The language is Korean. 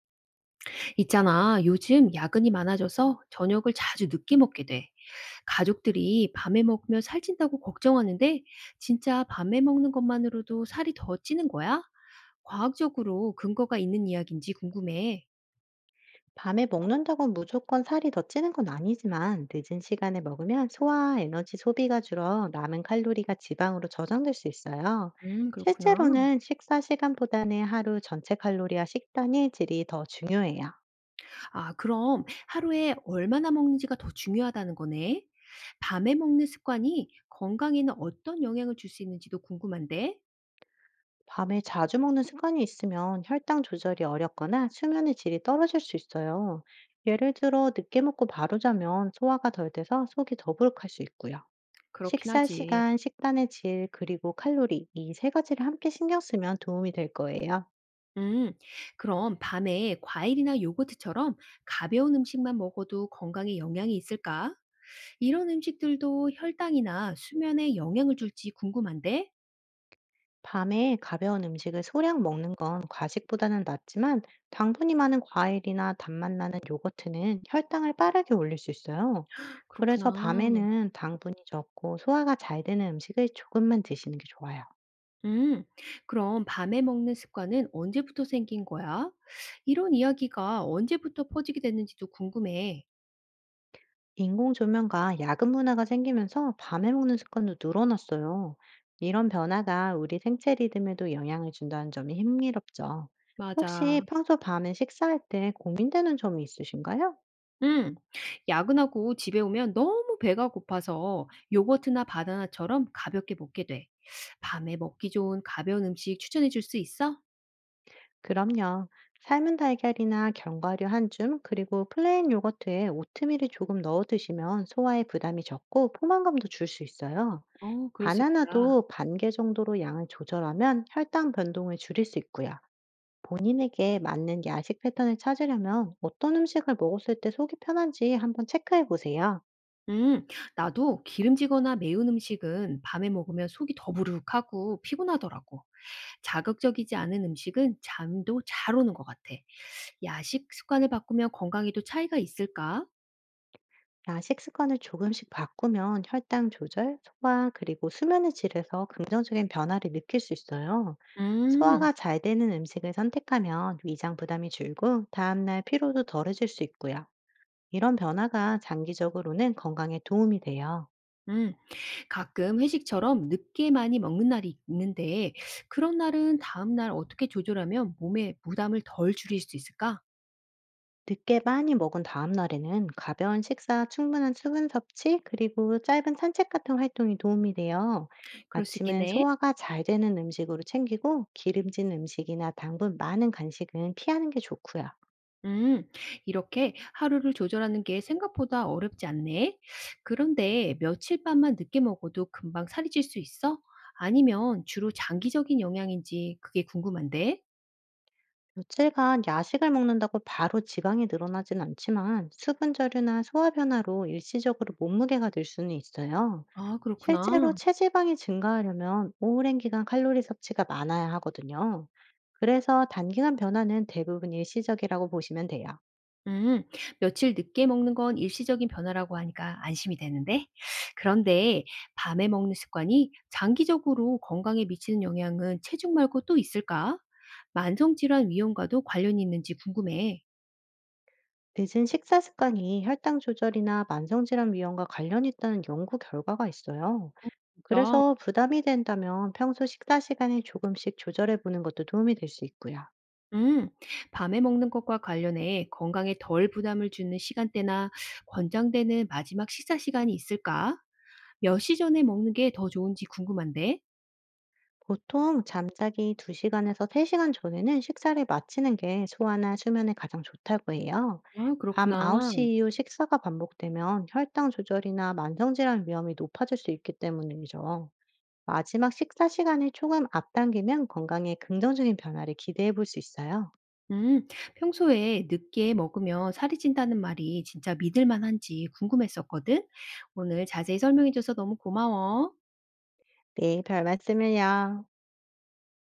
있잖아, 요즘 야근이 많아져서 저녁을 자주 늦게 먹게 돼. 가족들이 밤에 먹으면 살찐다고 걱정하는데, 진짜 밤에 먹는 것만으로도 살이 더 찌는 거야? 과학적으로 근거가 있는 이야기인지 궁금해. 밤에 먹는다고 무조건 살이 더 찌는 건 아니지만, 늦은 시간에 먹으면 소화 에너지 소비가 줄어 남은 칼로리가 지방으로 저장될 수 있어요. 그렇구나. 실제로는 식사 시간보다는 하루 전체 칼로리와 식단의 질이 더 중요해요. 아, 그럼 하루에 얼마나 먹는지가 더 중요하다는 거네. 밤에 먹는 습관이 건강에는 어떤 영향을 줄 수 있는지도 궁금한데? 밤에 자주 먹는 습관이 있으면 혈당 조절이 어렵거나 수면의 질이 떨어질 수 있어요. 예를 들어 늦게 먹고 바로 자면 소화가 덜 돼서 속이 더부룩할 수 있고요. 그렇긴 식사 하지. 시간, 식단의 질, 그리고 칼로리, 이 세 가지를 함께 신경 쓰면 도움이 될 거예요. 음, 그럼 밤에 과일이나 요거트처럼 가벼운 음식만 먹어도 건강에 영향이 있을까? 이런 음식들도 혈당이나 수면에 영향을 줄지 궁금한데? 밤에 가벼운 음식을 소량 먹는 건 과식보다는 낫지만, 당분이 많은 과일이나 단맛 나는 요거트는 혈당을 빠르게 올릴 수 있어요. 그렇구나. 그래서 밤에는 당분이 적고 소화가 잘 되는 음식을 조금만 드시는 게 좋아요. 음, 그럼 밤에 먹는 습관은 언제부터 생긴 거야? 이런 이야기가 언제부터 퍼지게 됐는지도 궁금해. 인공 조명과 야근 문화가 생기면서 밤에 먹는 습관도 늘어났어요. 이런 변화가 우리 생체 리듬에도 영향을 준다는 점이 흥미롭죠. 혹시 맞아. 평소 밤에 식사할 때 고민되는 점이 있으신가요? 음, 야근하고 집에 오면 너무 배가 고파서 요거트나 바나나처럼 가볍게 먹게 돼. 밤에 먹기 좋은 가벼운 음식 추천해 줄 수 있어? 그럼요. 삶은 달걀이나 견과류 한 줌, 그리고 플레인 요거트에 오트밀을 조금 넣어 드시면 소화에 부담이 적고 포만감도 줄 수 있어요. 어, 그럴 수 있겠다. 바나나도 반 개 정도로 양을 조절하면 혈당 변동을 줄일 수 있고요. 본인에게 맞는 야식 패턴을 찾으려면 어떤 음식을 먹었을 때 속이 편한지 한번 체크해 보세요. 음, 나도 기름지거나 매운 음식은 밤에 먹으면 속이 더부룩하고 피곤하더라고. 자극적이지 않은 음식은 잠도 잘 오는 것 같아. 야식 습관을 바꾸면 건강에도 차이가 있을까? 야식 습관을 조금씩 바꾸면 혈당 조절, 소화, 그리고 수면의 질에서 긍정적인 변화를 느낄 수 있어요. 음, 소화가 잘 되는 음식을 선택하면 위장 부담이 줄고 다음날 피로도 덜해질 수 있고요. 이런 변화가 장기적으로는 건강에 도움이 돼요. 음. 가끔 회식처럼 늦게 많이 먹는 날이 있는데 그런 날은 다음 날 어떻게 조절하면 몸에 부담을 덜 줄일 수 있을까? 늦게 많이 먹은 다음 날에는 가벼운 식사, 충분한 수분 섭취, 그리고 짧은 산책 같은 활동이 도움이 돼요. 그럴 수 아침은 있겠네. 소화가 잘 되는 음식으로 챙기고, 기름진 음식이나 당분 많은 간식은 피하는 게 좋고요. 음, 이렇게 하루를 조절하는 게 생각보다 어렵지 않네. 그런데 며칠 밤만 늦게 먹어도 금방 살이 찔 수 있어? 아니면 주로 장기적인 영향인지 그게 궁금한데? 며칠간 야식을 먹는다고 바로 지방이 늘어나진 않지만, 수분 저류나 소화 변화로 일시적으로 몸무게가 늘 수는 있어요. 아, 그렇구나. 실제로 체지방이 증가하려면 오랜 기간 칼로리 섭취가 많아야 하거든요. 그래서 단기간 변화는 대부분 일시적이라고 보시면 돼요. 음, 며칠 늦게 먹는 건 일시적인 변화라고 하니까 안심이 되는데. 그런데 밤에 먹는 습관이 장기적으로 건강에 미치는 영향은 체중 말고 또 있을까? 만성질환 위험과도 관련이 있는지 궁금해. 늦은 식사 습관이 혈당 조절이나 만성질환 위험과 관련이 있다는 연구 결과가 있어요. 진짜? 그래서 부담이 된다면 평소 식사 시간을 조금씩 조절해 보는 것도 도움이 될 수 있고요. 음, 밤에 먹는 것과 관련해 건강에 덜 부담을 주는 시간대나 권장되는 마지막 식사 시간이 있을까? 몇 시 전에 먹는 게 더 좋은지 궁금한데. 보통 잠자기 2시간에서 3시간 전에는 식사를 마치는 게 소화나 수면에 가장 좋다고 해요. 아, 밤 그렇구나. 9시 이후 식사가 반복되면 혈당 조절이나 만성질환 위험이 높아질 수 있기 때문이죠. 마지막 식사 시간을 조금 앞당기면 건강에 긍정적인 변화를 기대해 볼 수 있어요. 음, 평소에 늦게 먹으면 살이 찐다는 말이 진짜 믿을 만한지 궁금했었거든. 오늘 자세히 설명해줘서 너무 고마워. 네, 별 말씀을요.